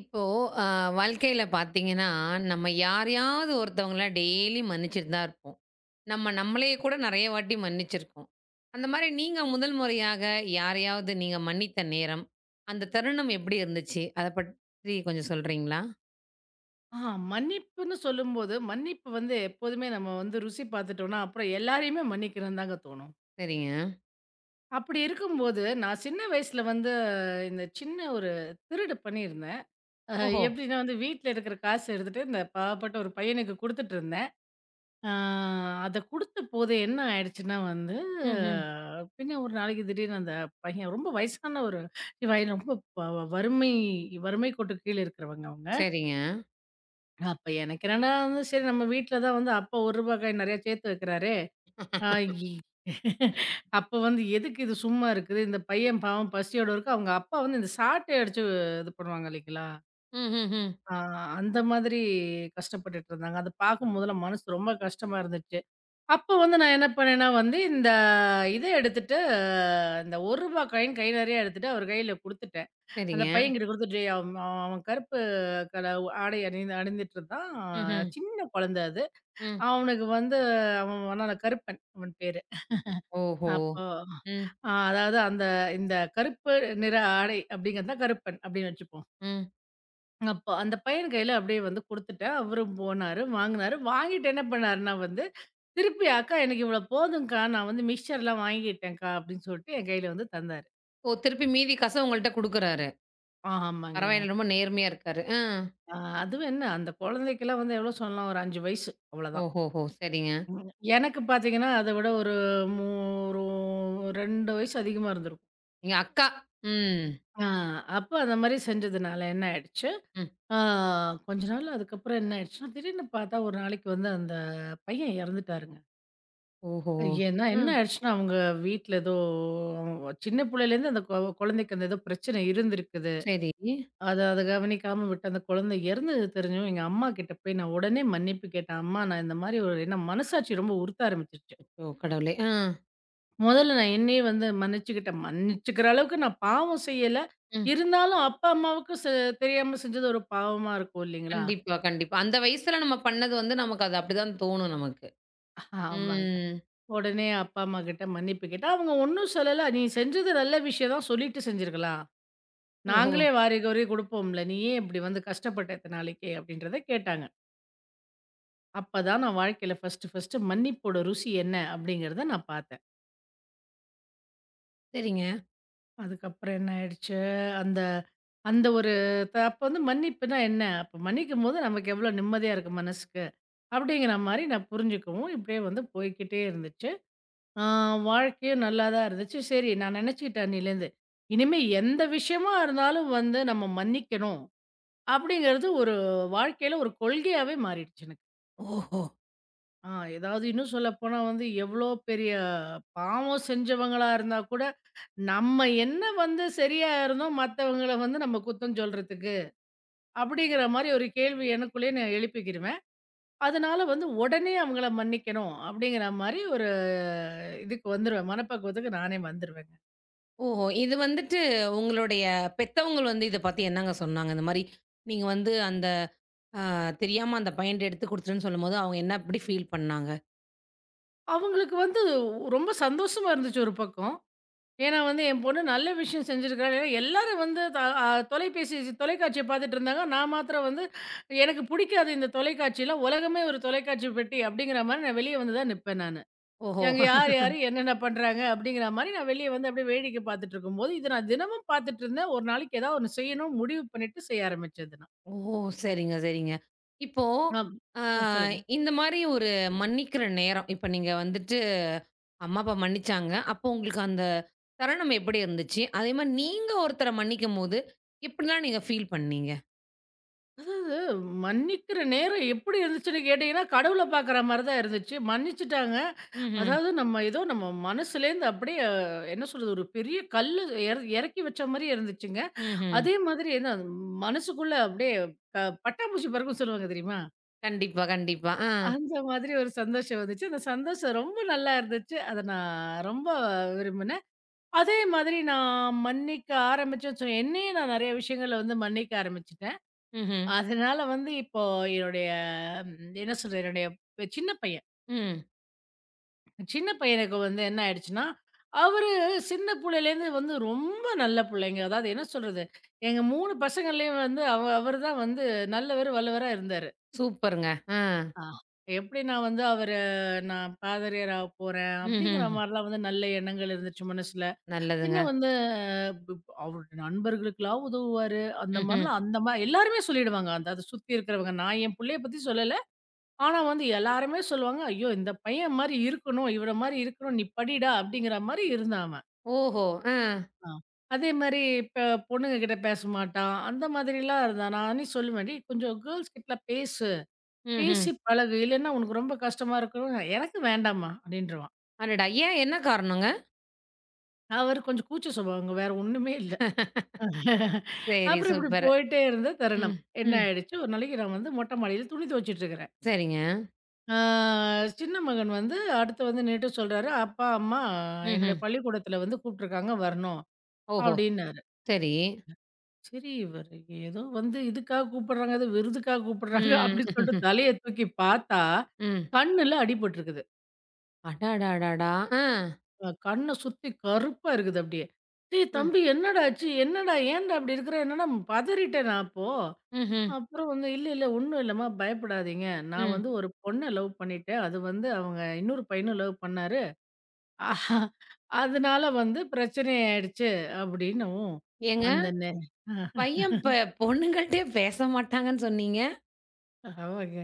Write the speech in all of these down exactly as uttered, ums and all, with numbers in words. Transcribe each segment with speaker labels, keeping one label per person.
Speaker 1: இப்போ அ வாழ்க்கையில பார்த்தீங்கன்னா, நம்ம யாரையாவது ஒருத்தவங்கள டெய்லி மன்னிச்சுட்டு தான் இருப்போம். நம்ம நம்மளயே கூட நெறைய வாட்டி மன்னிச்சிருக்கோம். அந்த மாரி நீங்க முதல் முறையாக யாரையாவது நீங்க மன்னித்த நேரம், அந்த தருணம் எப்படி இருந்துச்சு? அத பற்றி கொஞ்சம் சொல்றீங்களா?
Speaker 2: ஆஹா, மன்னிப்புன்னு சொல்லும்போது, மன்னிப்பு வந்து எப்போதுமே நம்ம வந்து ருசி பார்த்துட்டோம்னா, அப்புறம் எல்லாரையுமே மன்னிக்கணும்னு தாங்க தோணும்.
Speaker 1: சரிங்க.
Speaker 2: அப்படி இருக்கும்போது, நான் சின்ன வயசுல வந்து இந்த சின்ன ஒரு திருடு பண்ணியிருந்தேன். அ
Speaker 1: ஓஹோ!
Speaker 2: எப்படின்னா வந்து வீட்ல இருக்கிற காசு எடுத்துட்டு, இந்த பாவப்பட்ட ஒரு பையனுக்கு குடுத்துட்டு இருந்தேன். ஆ அத குடுத்தபோது என்ன ஆயிடுச்சுன்னா வந்து,
Speaker 1: ம்ஹ்ம்.
Speaker 2: அஹ் பின்ன ஒரு நாளைக்கு திடீர்னு அந்த பையன் ரொம்ப வயசான ஒரு பையன் ரொம்ப வ வறுமை வறுமை கோட்டுக்கு கீழ இருக்கிறவங்க அவங்க.
Speaker 1: சரிங்க.
Speaker 2: அப்ப எனக்கு என்னடா வந்து, சரி நம்ம வீட்ல தான் வந்து அப்பா ரூ. ஒரு ரூபாய் காயின் நெறையா சேர்த்து வைக்கிறாரே! ஆ இ அப்ப வந்து எதுக்கு இது சும்மா இருக்குது? இந்த பையன் பாவம் பசியோட இருக்கு. அவங்க அப்பா வந்து இந்த சாட்டை அடிச்சு இது பண்ணுவாங்க இல்லைங்களா?
Speaker 1: ம்ஹ்ஹ்ம்.
Speaker 2: ஆ அந்த மாதிரி கஷ்டப்பட்டுட்டு இருந்தாங்க. அத பார்க்கும்போதெல்லாம் மனசு ரொம்ப கஷ்டமா இருந்துச்சு. அப்போ வந்து நான் என்ன பண்ணேன்னா வந்து, இந்த இத எடுத்துட்டு ஆஹ் இந்த ரூ. ஒரு ரூபாய் காயின் கை நெறையா எடுத்துட்டு அவர் கையில குடுத்துட்டேன். அந்த
Speaker 1: சரிங்க.
Speaker 2: பையன்கிட்ட குடுத்துட்டு அவன் அவன் அவன் கருப்பு கலர் ஆடை அணிந்து அணிந்துட்டு இருந்தான். அஹ்
Speaker 1: ம்ஹ்ம்.
Speaker 2: சின்ன குழந்த அது.
Speaker 1: ம். ம்.
Speaker 2: அவனுக்கு வந்து அவன் அவனால கருப்பன் அவன் பேரு.
Speaker 1: ஓஹோ!
Speaker 2: அப்போ
Speaker 1: ம்.
Speaker 2: அ அதாவது அந்த இந்த கருப்பு நிற ஆடை அப்படிங்கிறது தான் கருப்பன் அப்படின்னு வச்சுப்போம்.
Speaker 1: ம்.
Speaker 2: அப்போ அந்த பையன் கையில அப்படியே வந்து குடுத்துட்டேன். அவரும் போனாரு, வாங்குனாரு. வாங்கிட்டு என்ன பண்ணாருன்னா வந்து, திருப்பி "அக்கா எனக்கு இவ்வளோ போதும்க்கா. நான் வந்து மிக்ஸ்சர்லாம் வாங்கிட்டேன்க்கா" அப்படின்னு சொல்லிட்டு என் கையில வந்து தந்தாரு.
Speaker 1: ஓ! திருப்பி மீதி காச உங்கள்ட்ட குடுக்குறாரு.
Speaker 2: ஆமாங்க.
Speaker 1: பரவாயில்ல ரொம்ப நேர்மையா இருக்காரு. அ.
Speaker 2: அ அதுவும் என்ன அந்த குழந்தைக்கெல்லாம் வந்து எவ்வளோ சொல்லலாம் ஒரு ஐந்து வயசு அவ்வளோதான்.
Speaker 1: ஓஹோஹோ! சரிங்க.
Speaker 2: எனக்கு பார்த்தீங்கன்னா, அத விட ஒரு மூ ஒரு ரெண்டு வயசு அதிகமா இருந்திருக்கும்.
Speaker 1: எங்க அக்கா. ம்.
Speaker 2: ஆ அப்ப அந்த மாரி செஞ்சதுனால என்ன ஆயிடுச்சு,
Speaker 1: ம்.
Speaker 2: ஆ கொஞ்ச நாள் அதுக்கப்புறம் என்ன ஆயிடுச்சுன்னா, திடீர்னு பார்த்தா ஒரு நாளைக்கு வந்து அந்த பையன் இறந்துட்டாருங்க.
Speaker 1: ஓஹோ!
Speaker 2: ஏன்னா என்ன
Speaker 1: ம்.
Speaker 2: ஆயிடுச்சுன்னா, அவங்க வீட்ல ஏதோ சின்ன புள்ளையிலேருந்து அந்த கொ குழந்தைக்கு அந்த ஏதோ பிரச்சனை இருந்திருக்குது.
Speaker 1: சரி.
Speaker 2: அத அத கவனிக்காம விட்டு அந்த குழந்தை இறந்தது தெரிஞ்சும் எங்க அம்மா கிட்ட போய் நான் உடனே மன்னிப்பு கேட்டேன். அம்மா நான் இந்த மாரி ஒரு ஏன்னா மனசாட்சி ரொம்ப உறுத்த ஆரம்பிச்சுருச்சு.
Speaker 1: அச்சோ! கடவுளே! ஆ.
Speaker 2: முதல்ல நான் என்னையே வந்து மன்னிச்சுக்கிட்டேன். மன்னிச்சுக்கிற அளவுக்கு நான் பாவம் செய்யல.
Speaker 1: ம்.
Speaker 2: இருந்தாலும் அப்பா, அம்மாவுக்கு செ தெரியாம செஞ்சது ஒரு பாவமா இருக்கும் இல்லைங்களா?
Speaker 1: கண்டிப்பா, கண்டிப்பா. அந்த வயசுல நம்ம பண்ணது வந்து நமக்கு அது அப்படிதான் தோணும் நமக்கு.
Speaker 2: ஆமாங்க.
Speaker 1: ம்.
Speaker 2: உடனே அப்பா, அம்மா கிட்ட மன்னிப்பு கேட்டேன். அவங்க ஒண்ணும் சொல்லல. "நீ செஞ்சது நல்ல விஷயம் தான். சொல்லிட்டு செஞ்சிருக்கலாம்.
Speaker 1: ஓஹோ!
Speaker 2: நாங்களே வாரி கோரி குடுப்போம்ல. நீ ஏன் இப்படி வந்து கஷ்டப்பட்ட இத்தன நாளைக்கு?" அப்படின்றத கேட்டாங்க. அப்பதான் நான் வாழ்க்கையில ஃபர்ஸ்ட்டு, ஃபர்ஸ்ட்டு மன்னிப்போட ருசி என்ன அப்படிங்கிறத நான் பார்த்தேன்.
Speaker 1: சரிங்க.
Speaker 2: அதுக்கப்புறம் என்ன ஆயிடுச்சு, அந்த அந்த ஒரு த அப்ப வந்து மன்னிப்புனா என்ன? அப்ப மன்னிக்கும்போது நமக்கு எவ்வளோ நிம்மதியா இருக்கு மனசுக்கு. அப்படிங்கிற மாரி நான் புரிஞ்சுக்கவும், இப்படியே வந்து போய்க்கிட்டே இருந்துச்சு. ஆ வாழ்க்கையும் நல்லா தான் இருந்துச்சு. சரி நான் நெனச்சுக்கிட்டேன் அன்னிலேருந்து, இனிமே எந்த விஷயமா இருந்தாலும் வந்து நம்ம மன்னிக்கணும். அப்படிங்கிறது ஒரு வாழ்க்கையில ஒரு கொள்கையாவே மாறிடுச்சு எனக்கு.
Speaker 1: ஓஹோ!
Speaker 2: ஆ ஏதாவது இன்னும் சொல்லப்போனா வந்து எவ்வளோ பெரிய பாவம் செஞ்சவங்களா இருந்தா கூட நம்ம என்ன வந்து சரியா இருந்தோம் மத்தவங்கள வந்து நம்ம குத்தம் சொல்றதுக்கு? அப்படிங்கிற மாரி ஒரு கேள்வி எனக்குள்ளேயே நான் எழுப்பிக்கிருவேன். அதனால வந்து உடனே அவங்கள மன்னிக்கணும் அப்படிங்கிற மாரி ஒரு இதுக்கு வந்துருவேன். மனப்பக்குவத்துக்கு நானே வந்துருவேங்க.
Speaker 1: ஓஹோ! இது வந்துட்டு உங்களுடைய பெத்தவங்க வந்து இத பத்தி என்னங்க சொன்னாங்க? இந்த மாரி நீங்க வந்து அந்த அ தெரியாம அந்த பையன்ட்ட எடுத்து குடுத்துட்டேன்னு சொல்லும்போது, அவங்க என்ன எப்படி ஃபீல் பண்ணாங்க?
Speaker 2: அவங்களுக்கு வந்து ரொம்ப சந்தோஷமா இருந்துச்சு ஒரு பக்கம். ஏன்னா வந்து என் பொண்ணு நல்ல விஷயம் செஞ்சிருக்கா. ஏன்னா எல்லாரும் வந்து த அ தொலைபேசி தொலைக்காட்சிய பார்த்துட்டு இருந்தாங்க. நான் மாத்திரம் வந்து எனக்கு பிடிக்காது இந்த தொலைக்காட்சிலாம். உலகமே ஒரு தொலைக்காட்சி பெட்டி அப்படிங்கிற மாரி நான் வெளிய வந்து தான் நிப்பேன் நானு.
Speaker 1: ஓஹோ!
Speaker 2: அங்க யார், யாரு என்னென்ன பண்றாங்க? அப்படிங்கிற மாரி நான் வெளிய வந்து அப்படியே வேடிக்கை பார்த்துட்டு இருக்கும்போது, இத நான் தினமும் பார்த்துட்டு இருந்தேன். ஒரு நாளைக்கு ஏதாவது ஒண்ணு செய்யணும் முடிவு பண்ணிட்டு செய்ய ஆரம்பிச்சது நான்.
Speaker 1: ஓ! சரிங்க, சரிங்க. இப்போ
Speaker 2: ஆம்.
Speaker 1: அ
Speaker 2: ஆ சொல்லுங்க.
Speaker 1: இந்த மாரி ஒரு மன்னிக்கிற நேரம், இப்ப நீங்க வந்துட்டு அம்மா, அப்பா மன்னிச்சாங்க. அப்போ உங்களுக்கு அந்த தருணம் எப்படி இருந்துச்சு? அதே மாரி நீங்க ஒருத்தர மன்னிக்கும்போது, எப்படிலாம் நீங்க ஃபீல் பண்ணீங்க?
Speaker 2: அதாவது மன்னிக்கிற நேரம் எப்படி இருந்துச்சுன்னு கேட்டீங்கன்னா, கடவுள பார்க்குற மாரி தான் இருந்துச்சு. மன்னிச்சுட்டாங்க.
Speaker 1: ம்ஹ்ம்.
Speaker 2: அதாவது நம்ம ஏதோ நம்ம மனசுலேருந்து அப்படியே அஹ், என்ன சொல்றது? ஒரு பெரிய கல்லு எற எறக்கி வச்ச மாரியே இருந்துச்சுங்க.
Speaker 1: ம்ஹ்ம்.
Speaker 2: அதே மாதிரி என்ன மனசுக்குள்ள அப்படியே க பட்டாம்பூச்சி பறக்கும்ன்னு சொல்லுவாங்க தெரியுமா?
Speaker 1: கண்டிப்பா, கண்டிப்பா. ஆ.
Speaker 2: அந்த மாதிரி ஒரு சந்தோஷம் வந்துச்சு. அந்த சந்தோஷம் ரொம்ப நல்லா இருந்துச்சு. அத நான் ரொம்ப விரும்பினேன். அதே மாதிரி நான் மன்னிக்க ஆரம்பிச்சேன்னு சொ என்னையே நான் நெறைய விஷயங்கள்ல வந்து மன்னிக்க ஆரம்பிச்சுட்டேன்.
Speaker 1: ம்ஹ்ம்.
Speaker 2: அதனால வந்து இப்போ என்னுடைய ம், என்ன சொல்றது? என்னுடைய சின்ன பையன்.
Speaker 1: ம்.
Speaker 2: சின்ன பையனுக்கு வந்து என்ன ஆயிடுச்சுன்னா, அவரு சின்ன புள்ளையிலேருந்து வந்து ரொம்ப நல்ல புள்ளைங்க. அதாவது என்ன சொல்றது? எங்க மூணு பசங்கள்லயும் வந்து அவ அவரு தான் வந்து நல்லவரு, வல்லவரா இருந்தாரு.
Speaker 1: சூப்பருங்க. ஆ.
Speaker 2: ஆ. எப்படி நான் வந்து அவரு நான் பாதிரியார் ஆக போறேன் அப்படிங்கிற
Speaker 1: ம்ஹ்ம்.
Speaker 2: மாரிலாம் வந்து நல்ல எண்ணங்கள் இருந்துச்சு மனசுல.
Speaker 1: நல்லதுங்க.
Speaker 2: பின்ன வந்து பிப் அவருடைய நண்பர்களுக்கெல்லாம் உதவுவாரு. அந்த
Speaker 1: ம்ஹ்ம்.
Speaker 2: மாரிலாம் அந்த மா எல்லாருமே சொல்லிடுவாங்க. அந்த அத சுத்தி இருக்கிறவங்க. நான் என் புள்ளைய பத்தி சொல்லல. ஆனா வந்து எல்லாருமே சொல்லுவாங்க, "ஐயோ! இந்த பையன் மாரி இருக்கணும். இவன மாரி இருக்கணும். நீ படிடா" அப்படிங்கிற மாரி இருந்தான் அவன்.
Speaker 1: ஓஹோ! ஆ.
Speaker 2: ஆ. அதே மாரி இப்ப பொண்ணுங்க கிட்ட பேச மாட்டான். அந்த மாதிரிலாம் இருந்தான். நானே சொல்லுவேன், "டேய் கொஞ்சம் கேர்ல்ஸ் கிட்டலாம் பேசு."
Speaker 1: ம்ஹ்ம்.
Speaker 2: பேசி பழகு. இல்லன்னா உனக்கு ரொம்ப கஷ்டமா இருக்கும். எனக்கு வேண்டாம்மா அப்டின்ருவான்.
Speaker 1: அடடா! ஏன் என்ன காரணங்க?
Speaker 2: அவரு கொஞ்சம் கூச்ச சுபாவங்க. வேற ஒண்ணுமே இல்ல.
Speaker 1: சரி,
Speaker 2: அப்புறம் இப்டி
Speaker 1: சூப்பர்.
Speaker 2: போயிட்டே இருந்த தருணம்.
Speaker 1: ம்.
Speaker 2: என்ன
Speaker 1: ம்.
Speaker 2: ஆயிடுச்சு, ஒரு நாளைக்கு நான் வந்து மொட்ட மாடியில துணி துவச்சிட்டு இருக்கிறேன்.
Speaker 1: சரிங்க.
Speaker 2: ஆ சின்ன மகன் வந்து அடுத்து வந்து நின்னுட்டு சொல்றாரு, "அப்பா, அம்மா என்னுடைய
Speaker 1: ம்ஹ்ம்.
Speaker 2: பள்ளிக்கூடத்துல வந்து கூப்ட்டுருக்காங்க வரணும்"
Speaker 1: ஓஹோ!
Speaker 2: அப்டின்னாரு.
Speaker 1: சரி.
Speaker 2: சரி இவரு ஏதோ வந்து இதுக்காக கூப்பிடுறாங்க, ஏதோ விருதுக்காக கூப்பிடுறாங்க
Speaker 1: ம்.
Speaker 2: அப்டின்னு சொல்லிட்டு தலைய தூக்கி பார்த்தா,
Speaker 1: ம்.
Speaker 2: கண்ணுல அடிபட்டுருக்குது.
Speaker 1: அடடடடா! ஆ.
Speaker 2: அ கண்ண சுத்தி கருப்பா இருக்குது அப்படியே. "டேய்
Speaker 1: ம்.
Speaker 2: தம்பி என்னடா ஆச்சு? என்னடா? ஏன்டா அப்படி இருக்கிற?" என்னன்னா பதறிட்டேன் நான் அப்போ.
Speaker 1: ம்ஹ்ம்.
Speaker 2: அப்புறம் வந்து, "இல்ல, இல்ல ஒண்ணும் இல்லம்மா பயப்படாதீங்க. நான்
Speaker 1: ம்.
Speaker 2: வந்து ஒரு பொண்ண லவ் பண்ணிட்டேன். அது வந்து அவங்க இன்னொரு பையனும் லவ் பண்ணாரு. ஆஹா, அதனால வந்து பிரச்சனை ஆயிடுச்சு" அப்படின்னவும்,
Speaker 1: ஏங்க,
Speaker 2: அந்த நே
Speaker 1: பையன் ப பொண்ணுங்கள்ட்டயே பேச மாட்டாங்கன்னு சொன்னீங்க.
Speaker 2: ஆமாங்க.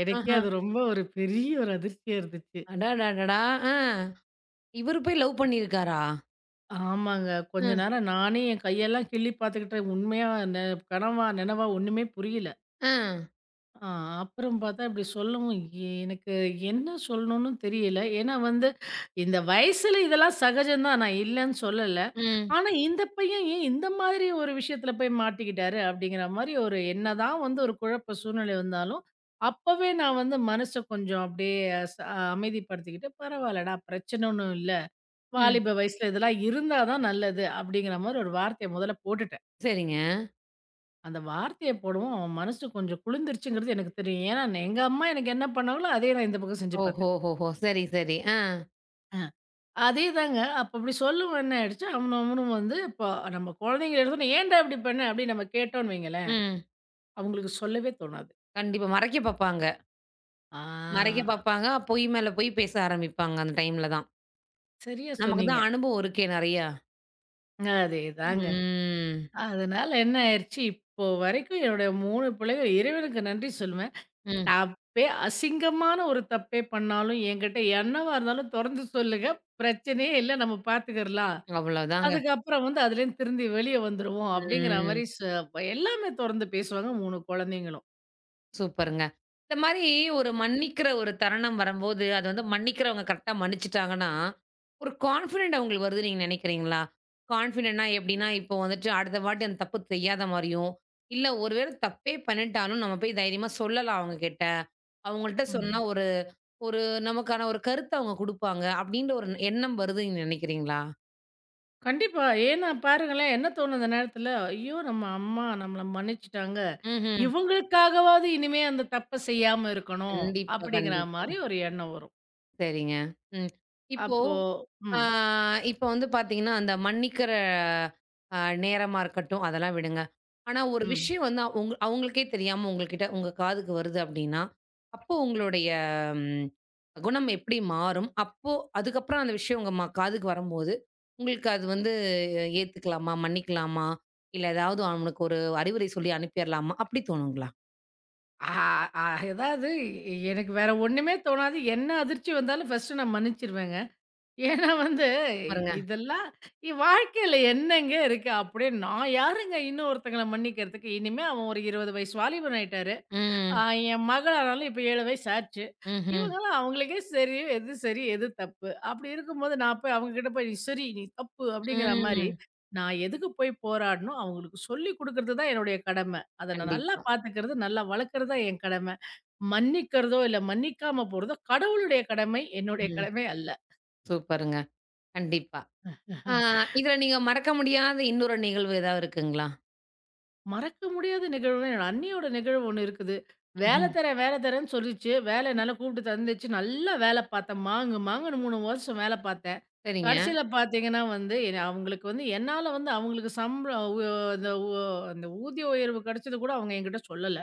Speaker 2: எனக்கே
Speaker 1: ஆஹ.
Speaker 2: அது ரொம்ப ஒரு பெரிய ஒரு அதிர்ச்சியா இருந்துச்சு.
Speaker 1: அடடடடா! ஆ. இவரு போய் லவ் பண்ணியிருக்காரா?
Speaker 2: ஆமாங்க. கொஞ்ச
Speaker 1: ம்.
Speaker 2: நேரம் நானே என் கையெல்லாம் கிள்ளி பார்த்துக்கிட்டேன். உண்மையா நெ கனவா? நெனவா? ஒண்ணுமே புரியல.
Speaker 1: ஆ.
Speaker 2: ஆ அப்புறம் பார்த்தா இப்படி சொல்லவும், எ- எனக்கு என்ன சொல்லணும்னு தெரியல. ஏன்னா வந்து இந்த வயசுல இதெல்லாம் சகஜம் தான். நான் இல்லன்னு சொல்லல.
Speaker 1: ம்.
Speaker 2: ஆனா இந்த பையன் ஏன் இந்த மாதிரி ஒரு விஷயத்துல போய் மாட்டிக்கிட்டாரு? அப்படிங்கிற மாரி ஒரு என்னதான் வந்து ஒரு குழப்ப சூழ்நிலை வந்தாலும், அப்பவே நான் வந்து மனச கொஞ்சம் அப்படியே ச அமைதிப்படுத்திக்கிட்டு, "பரவாயில்லடா பிரச்சனை ஒண்ணும் இல்ல.
Speaker 1: ம்.
Speaker 2: வாலிப வயசுல இதெல்லாம் இருந்தா தான் நல்லது." அப்படிங்கிற மாரி ஒரு வார்த்தைய முதல்ல போட்டுட்டேன்.
Speaker 1: சரிங்க.
Speaker 2: அந்த வார்த்தைய போடவும், அவன் மனசு கொஞ்சம் குளிர்ந்துருச்சுங்கிறது எனக்கு தெரியும். ஏன்னா, நான் எங்க அம்மா எனக்கு என்ன பண்ணாங்களோ, அதே நான் இந்த பக்கம் செஞ்சு பார்த்தேன்.
Speaker 1: ஓஹோஹோஹோ! சரி, சரி. ஆ.
Speaker 2: அஹ், அதே தாங்க. அப்ப அப்படி சொல்லவும் என்ன ஆயிடுச்சு, அவனும் அவனும் வந்து இப்போ நம்ம குழந்தைங்கள எடுத்தோனே, "ஏன்டா இப்படி பண்ண?" அப்படின்னு நம்ம கேட்டோம்ன்னு வைங்களேன்,
Speaker 1: ம்.
Speaker 2: அவங்களுக்கு சொல்லவே தோணாது.
Speaker 1: கண்டிப்பா. மறைக்க பாப்பாங்க. மறைக்க
Speaker 2: ஆ
Speaker 1: பாப்பாங்க. பொய் மேல பொய் பேச ஆரம்பிப்பாங்க அந்த டைம்ல தான்.
Speaker 2: சரியா
Speaker 1: நமக்கு தான்
Speaker 2: சொன்னீங்க.
Speaker 1: அனுபவம் இருக்கே நெறையா.
Speaker 2: அதேதாங்க.
Speaker 1: ம்.
Speaker 2: அதனால என்ன ஆயிருச்சு, இப்போ வரைக்கும் என்னுடைய மூணு பிள்ளைகள் இறைவனுக்கு நன்றி சொல்லுவேன்.
Speaker 1: ம்.
Speaker 2: தப்பே அசிங்கமான ஒரு தப்பே பண்ணாலும் என்கிட்ட என்னவா இருந்தாலும் தொறந்து சொல்லுங்க. பிரச்சனையே இல்ல. நம்ம பார்த்துக்கிடலாம்.
Speaker 1: அவ்வளோதாங்க.
Speaker 2: அதுக்கப்புறம் வந்து அதுலேருந்து திருந்தி வெளிய வந்துருவோம் அப்படிங்கிற
Speaker 1: ம்.
Speaker 2: மாரி ச எல்லாமே தொறந்து பேசுவாங்க மூணு குழந்தைங்களும்.
Speaker 1: சூப்பருங்க. இந்த மாரி ஒரு மன்னிக்கிற ஒரு தருணம் வரம்போது, அது வந்து மன்னிக்கிறவங்க கரெக்ட்டா மன்னிச்சுட்டாங்கன்னா, ஒரு கான்ஃபிடென்ட் அவங்களுக்கு வருதுன்னு நீங்க நெனைக்கிறீங்களா? கான்ஃபிடென்ட்னா எப்படின்னா, இப்போ வந்துட்டு அடுத்த வாட்டி அந்த தப்பு செய்யாத மாரியும், இல்ல ஒரு வேள தப்பே பண்ணிட்டாலும் நம்ம போய் தைரியமா சொல்லலாம் அவங்ககிட்ட. அவங்கள்ட்ட சொன்னா
Speaker 2: ம்.
Speaker 1: ஒரு ஒரு நமக்கான ஒரு கருத்த அவங்க குடுப்பாங்க. அப்படின்ற ஒரு எண்ணம் வருதுன்னு நீங்க நெனைக்கிறீங்களா?
Speaker 2: கண்டிப்பா. ஏன்னா பாருங்களேன், என்ன தோணும் அந்த நேரத்தில, ஐயோ! நம்ம அம்மா நம்மள மன்னிச்சுட்டாங்க.
Speaker 1: ம்ஹ்ம்.
Speaker 2: இவங்களுக்காகவாவது இனிமே அந்த தப்ப செய்யாம இருக்கணும்.
Speaker 1: கண்டிப்பா,
Speaker 2: அப்படிங்கிற
Speaker 1: கண்டிப்பா.
Speaker 2: மாரி ஒரு எண்ணம் வரும்.
Speaker 1: சரிங்க. ம். இப்போ
Speaker 2: அப்போ
Speaker 1: ஆ,
Speaker 2: ம்,
Speaker 1: இப்ப வந்து பாத்தீங்கன்னா, அந்த மன்னிக்கிற அ நேரமா இருக்கட்டும், அதெல்லாம் விடுங்க. ஆனா, ஒரு
Speaker 2: ம்.
Speaker 1: விஷயம் வந்து அவுங்க அவுங்களுக்கே தெரியாம உங்ககிட்ட உங்க காதுக்கு வருது அப்டின்னா, அப்போ உங்களுடைய ம் குணம் எப்டி மாறும்? அப்போ அதுக்கப்புறம் அந்த விஷயம் உங்க ம காதுக்கு வரும்போது, உங்களுக்கு அது வந்து ஏத்துக்கலாமா? மன்னிக்கலாமா? இல்ல ஏதாவது அவனுக்கு ஒரு அறிவுரை சொல்லி அனுப்பிறலாமா? அப்டி தோணுங்களா?
Speaker 2: ஆ அ அதாவது எனக்கு வேற ஒண்ணுமே தோணாது. என்ன அதிர்ச்சி வந்தாலும் ஃபர்ஸ்ட்டு நான் மன்னிச்சுருவேங்க. ஏன்னா வந்து,
Speaker 1: சூப்பருங்க.
Speaker 2: இதெல்லாம் இ வாழ்க்கையில என்னங்க இருக்கு? அப்படின்னு நான் யாருங்க இன்னொருத்தங்கள மன்னிக்கிறதுக்கு? இனிமே அவன் ஒரு இருபது வயசு வாலிபன் ஆயிட்டாரு. அ
Speaker 1: ம்.
Speaker 2: என் மகளானாலும் இப்ப ஏழு வயசு ஆச்சு.
Speaker 1: ம்ஹ்ம்.
Speaker 2: இவங்கலாம் அவங்களுக்கே சரி, எது சரி, எது தப்பு? அப்படி இருக்கும்போது நான் போய் அவங்ககிட்ட போய், "நீ சரி, நீ தப்பு" அப்படிங்கிற மாரி,
Speaker 1: ம்.
Speaker 2: நான் எதுக்கு போய் போராடணும்? அவங்களுக்கு சொல்லிக் குடுக்கறது தான் என்னுடைய கடமை. அத நான் நல்லா
Speaker 1: கண்டிப்பா.
Speaker 2: பார்த்துக்கிறது, நல்லா வளர்க்கறது தான் என் கடமை. மன்னிக்கிறதோ, இல்ல மன்னிக்காம போறதோ கடவுளுடைய கடமை, என்னுடைய
Speaker 1: ம்.
Speaker 2: கடமை அல்ல.
Speaker 1: சூப்பருங்க. கண்டிப்பா. ஆ இதுல நீங்க மறக்க முடியாத இன்னொரு நிகழ்வு ஏதாவது இருக்குங்களா?
Speaker 2: மறக்க முடியாத நிகழ்வுனா, என் அண்ணியோட நிகழ்வு ஒண்ணு இருக்குது. வேலை
Speaker 1: ம்ஹ்ம்.
Speaker 2: தரேன், வேலை தரேன்னு சொல்லிச்சு. வேலை என்னால கூப்பிட்டு தந்துச்சு. நல்லா வேலை பார்த்தேன். மாங்கு மாங்குன்னு மூணு வருஷம் வேலை பார்த்தேன்.
Speaker 1: சரிங்க.
Speaker 2: கடைசியில பார்த்தீங்கன்னா வந்து, என்ன அவங்களுக்கு வந்து என்னால வந்து அவங்களுக்கு சம்பளம் உ அந்த உ அந்த ஊதிய உயர்வு கிடைச்சது கூட அவங்க என்கிட்ட சொல்லல.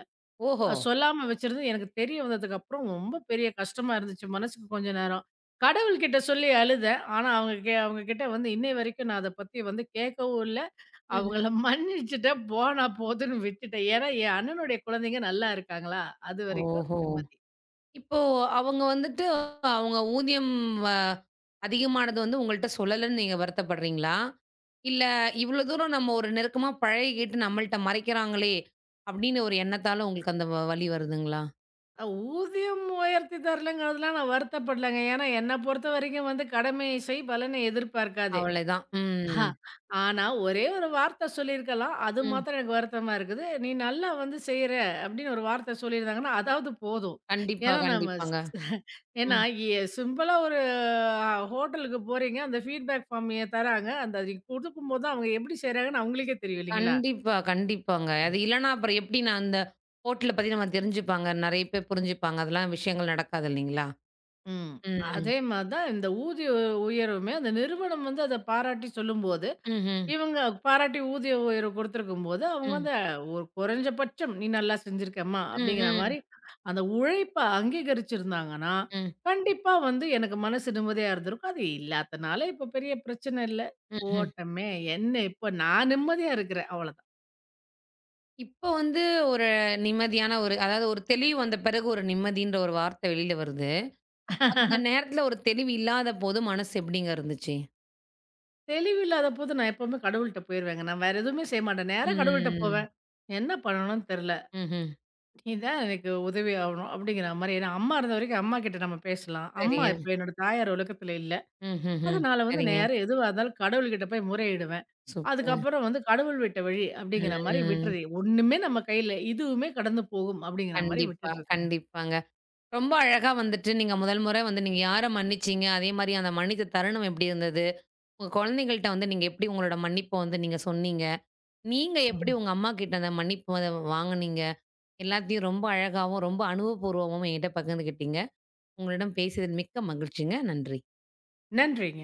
Speaker 1: ஓஹோ!
Speaker 2: அ சொல்லாம வச்சிருந்து எனக்கு தெரிய வந்ததுக்கப்புறம் ரொம்ப பெரிய கஷ்டமா இருந்துச்சு மனசுக்கு கொஞ்ச நேரம். கடவுள்கிட்ட சொல்லி அழுதேன். ஆனா அவங்க கே அவங்க கிட்ட வந்து இன்னை வரைக்கும் நான் அத பத்தி வந்து கேட்கவும் இல்ல.
Speaker 1: ம்ஹ்ம்.
Speaker 2: அவங்கள மன்னிச்சுட்டேன், போனா போதுன்னு விட்டுட்டேன். ஏன்னா, என் அண்ணனுடைய குழந்தைங்க நல்லா இருக்காங்களா, அதுவரைக்கும்
Speaker 1: ஓஹோ!
Speaker 2: நிம்மதி.
Speaker 1: இப்போ அவங்க வந்துட்டு அவங்க ஊதியம் வ அதிகமானது வந்து உங்கள்ட்ட சொல்லலன்னு நீங்க வருத்தப்படுறீங்களா? இல்ல இவ்ளோ தூரம் நம்ம ஒரு நெருக்கமா பழகிக்கிட்டு நம்மள்ட்ட மறைக்கிறாங்களே! அப்படின்னு ஒரு எண்ணத்தால உங்களுக்கு அந்த வ வலி வருதுங்களா?
Speaker 2: அ ஊதியம் உயர்த்தி தரலங்கிறதுலாம் நான் வருத்தப்படலங்க. ஏன்னா, என்ன பொறுத்தவரைக்கும் வந்து கடமை செய், பலனை எதிர்பார்க்காதீங்க.
Speaker 1: அவ்வளதான்.
Speaker 2: ஆஹா,
Speaker 1: ம்.
Speaker 2: ஆனா, ஒரே ஒரு வார்த்த சொல்லியிருக்கலாம். அது
Speaker 1: ம்.
Speaker 2: மாத்திரம் எனக்கு வருத்தமா இருக்குது. "நீ நல்லா வந்து செய்ற" அப்படின்னு ஒரு வார்த்த சொல்லியிருந்தாங்கன்னா, அதாவது போதும்.
Speaker 1: கண்டிப்பா,
Speaker 2: ஏன்னா நம்ம ஸ்
Speaker 1: கண்டிப்பாங்க.
Speaker 2: ஏன்னா
Speaker 1: ம்.
Speaker 2: எ சிம்பிளா ஒரு அ ஹோட்டலுக்கு போறீங்க. அந்த ஃபீட்பேக் ஃபார்ம் எ தராங்க. அந்த அது குடுக்கும்போது தான் அவங்க எப்படி செய்றாங்கன்னு அவங்களுக்கே தெரியும் இல்லைங்களா?
Speaker 1: கண்டிப்பா, கண்டிப்பாங்க. அது இல்லன்னா அப்புறம் எப்படி நான் அந்த ஹோட்டல பத்தி நம்ம தெரிஞ்சுப்பாங்க. நெறைய பேர் புரிஞ்சுப்பாங்க. அதெல்லாம் விஷயங்கள் நடக்காது இல்லைங்களா?
Speaker 2: ம்.
Speaker 1: ம்.
Speaker 2: அதே மாரி தான் இந்த ஊதிய உ உயர்வுமே அந்த நிறுவனம் வந்து அத பாராட்டி சொல்லும்போது,
Speaker 1: ம்ஹ்ம்.
Speaker 2: இவங்க பாராட்டி ஊதிய உயர்வு கொடுத்துருக்கும்போது, அவங்க
Speaker 1: ம்.
Speaker 2: வந்து ஒரு குறைஞ்சபட்சம் "நீ நல்லா செஞ்சிருக்கம்மா"
Speaker 1: ம்.
Speaker 2: அப்படிங்கிற
Speaker 1: ம்.
Speaker 2: மாரி அந்த உழைப்ப அங்கீகரிச்சிருந்தாங்கன்னா,
Speaker 1: ம்.
Speaker 2: கண்டிப்பா வந்து எனக்கு மனசு நிம்மதியா இருந்திருக்கும். அது இல்லாதனால இப்ப பெரிய பிரச்சன இல்ல.
Speaker 1: ம்ஹ்ம்.
Speaker 2: போட்டமே என்ன இப்ப நான் நிம்மதியா இருக்கிறேன் அவ்வளோதான்.
Speaker 1: இப்போ வந்து ஒரு நிம்மதியான ஒரு அதாவது ஒரு தெளிவு வந்த பிறகு ஒரு நிம்மதின்ற ஒரு வார்த்தை வெளில வருது. அந்த நேரத்துல ஒரு தெளிவு இல்லாத போது மனசு எப்படிங்க இருந்துச்சு?
Speaker 2: தெளிவில்லாத போது நான் எப்பவுமே கடவுள்ட்ட போயிருவேங்க. நான் வேற எதுவுமே செய்ய மாட்டேன். நேரா கடவுள்ட்ட
Speaker 1: ம்.
Speaker 2: போவேன். "என்ன பண்ணணும்னு தெரியல.
Speaker 1: ம்ஹ்ம்.
Speaker 2: நீ தான் எனக்கு உதவி ஆவணும்." அப்படிங்கிற மாரி. ஏன்னா அம்மா இருந்த வரைக்கும் அம்மா கிட்ட நம்ம பேசலாம். அம்மா
Speaker 1: சரிங்க.
Speaker 2: இப்ப என்னோட தாயார் உலகத்துல இல்ல.
Speaker 1: ம்ஹ்ஹ்ம்.
Speaker 2: அதனால வந்து
Speaker 1: சரிங்க.
Speaker 2: நேர எதுவா இருந்தாலும் கடவுள்கிட்ட போய் முறையிடுவேன்.
Speaker 1: சூப்பருங்க.
Speaker 2: அதுக்கப்புறம் வந்து "கடவுள் விட்ட வழி"
Speaker 1: ம்.
Speaker 2: அப்படிங்கிற மாரி
Speaker 1: ம்.
Speaker 2: விட்டுறது. "ஒண்ணுமே நம்ம கையில இதுவுமே கடந்து போகும்" அப்படிங்கிற மாரி
Speaker 1: கண்டிப்பா,
Speaker 2: விட்டுடுறதுங்க.
Speaker 1: கண்டிப்பாங்க. ரொம்ப அழகா வந்துட்டு நீங்க முதல் முறை வந்து நீங்க யார மன்னிச்சீங்க? அதே மாரி அந்த மன்னித்த தருணம் எப்படி இருந்தது? உங்க குழந்தைகள்ட்ட வந்து நீங்க எப்படி உங்களோட மன்னிப்ப வந்து நீங்க சொன்னீங்க? நீங்க எப்படி
Speaker 2: ம்.
Speaker 1: உங்க அம்மாகிட்ட அந்த மன்னிப்பு அத வாங்குனீங்க? எல்லாத்தையும் ரொம்ப அழகாவும், ரொம்ப அனுபவபூர்வமாவும் என்கிட்ட பகிர்ந்துக்கிட்டீங்க. உங்களிடம் பேசியதில் மிக்க மகிழ்ச்சிங்க. நன்றி.
Speaker 2: நன்றிங்க.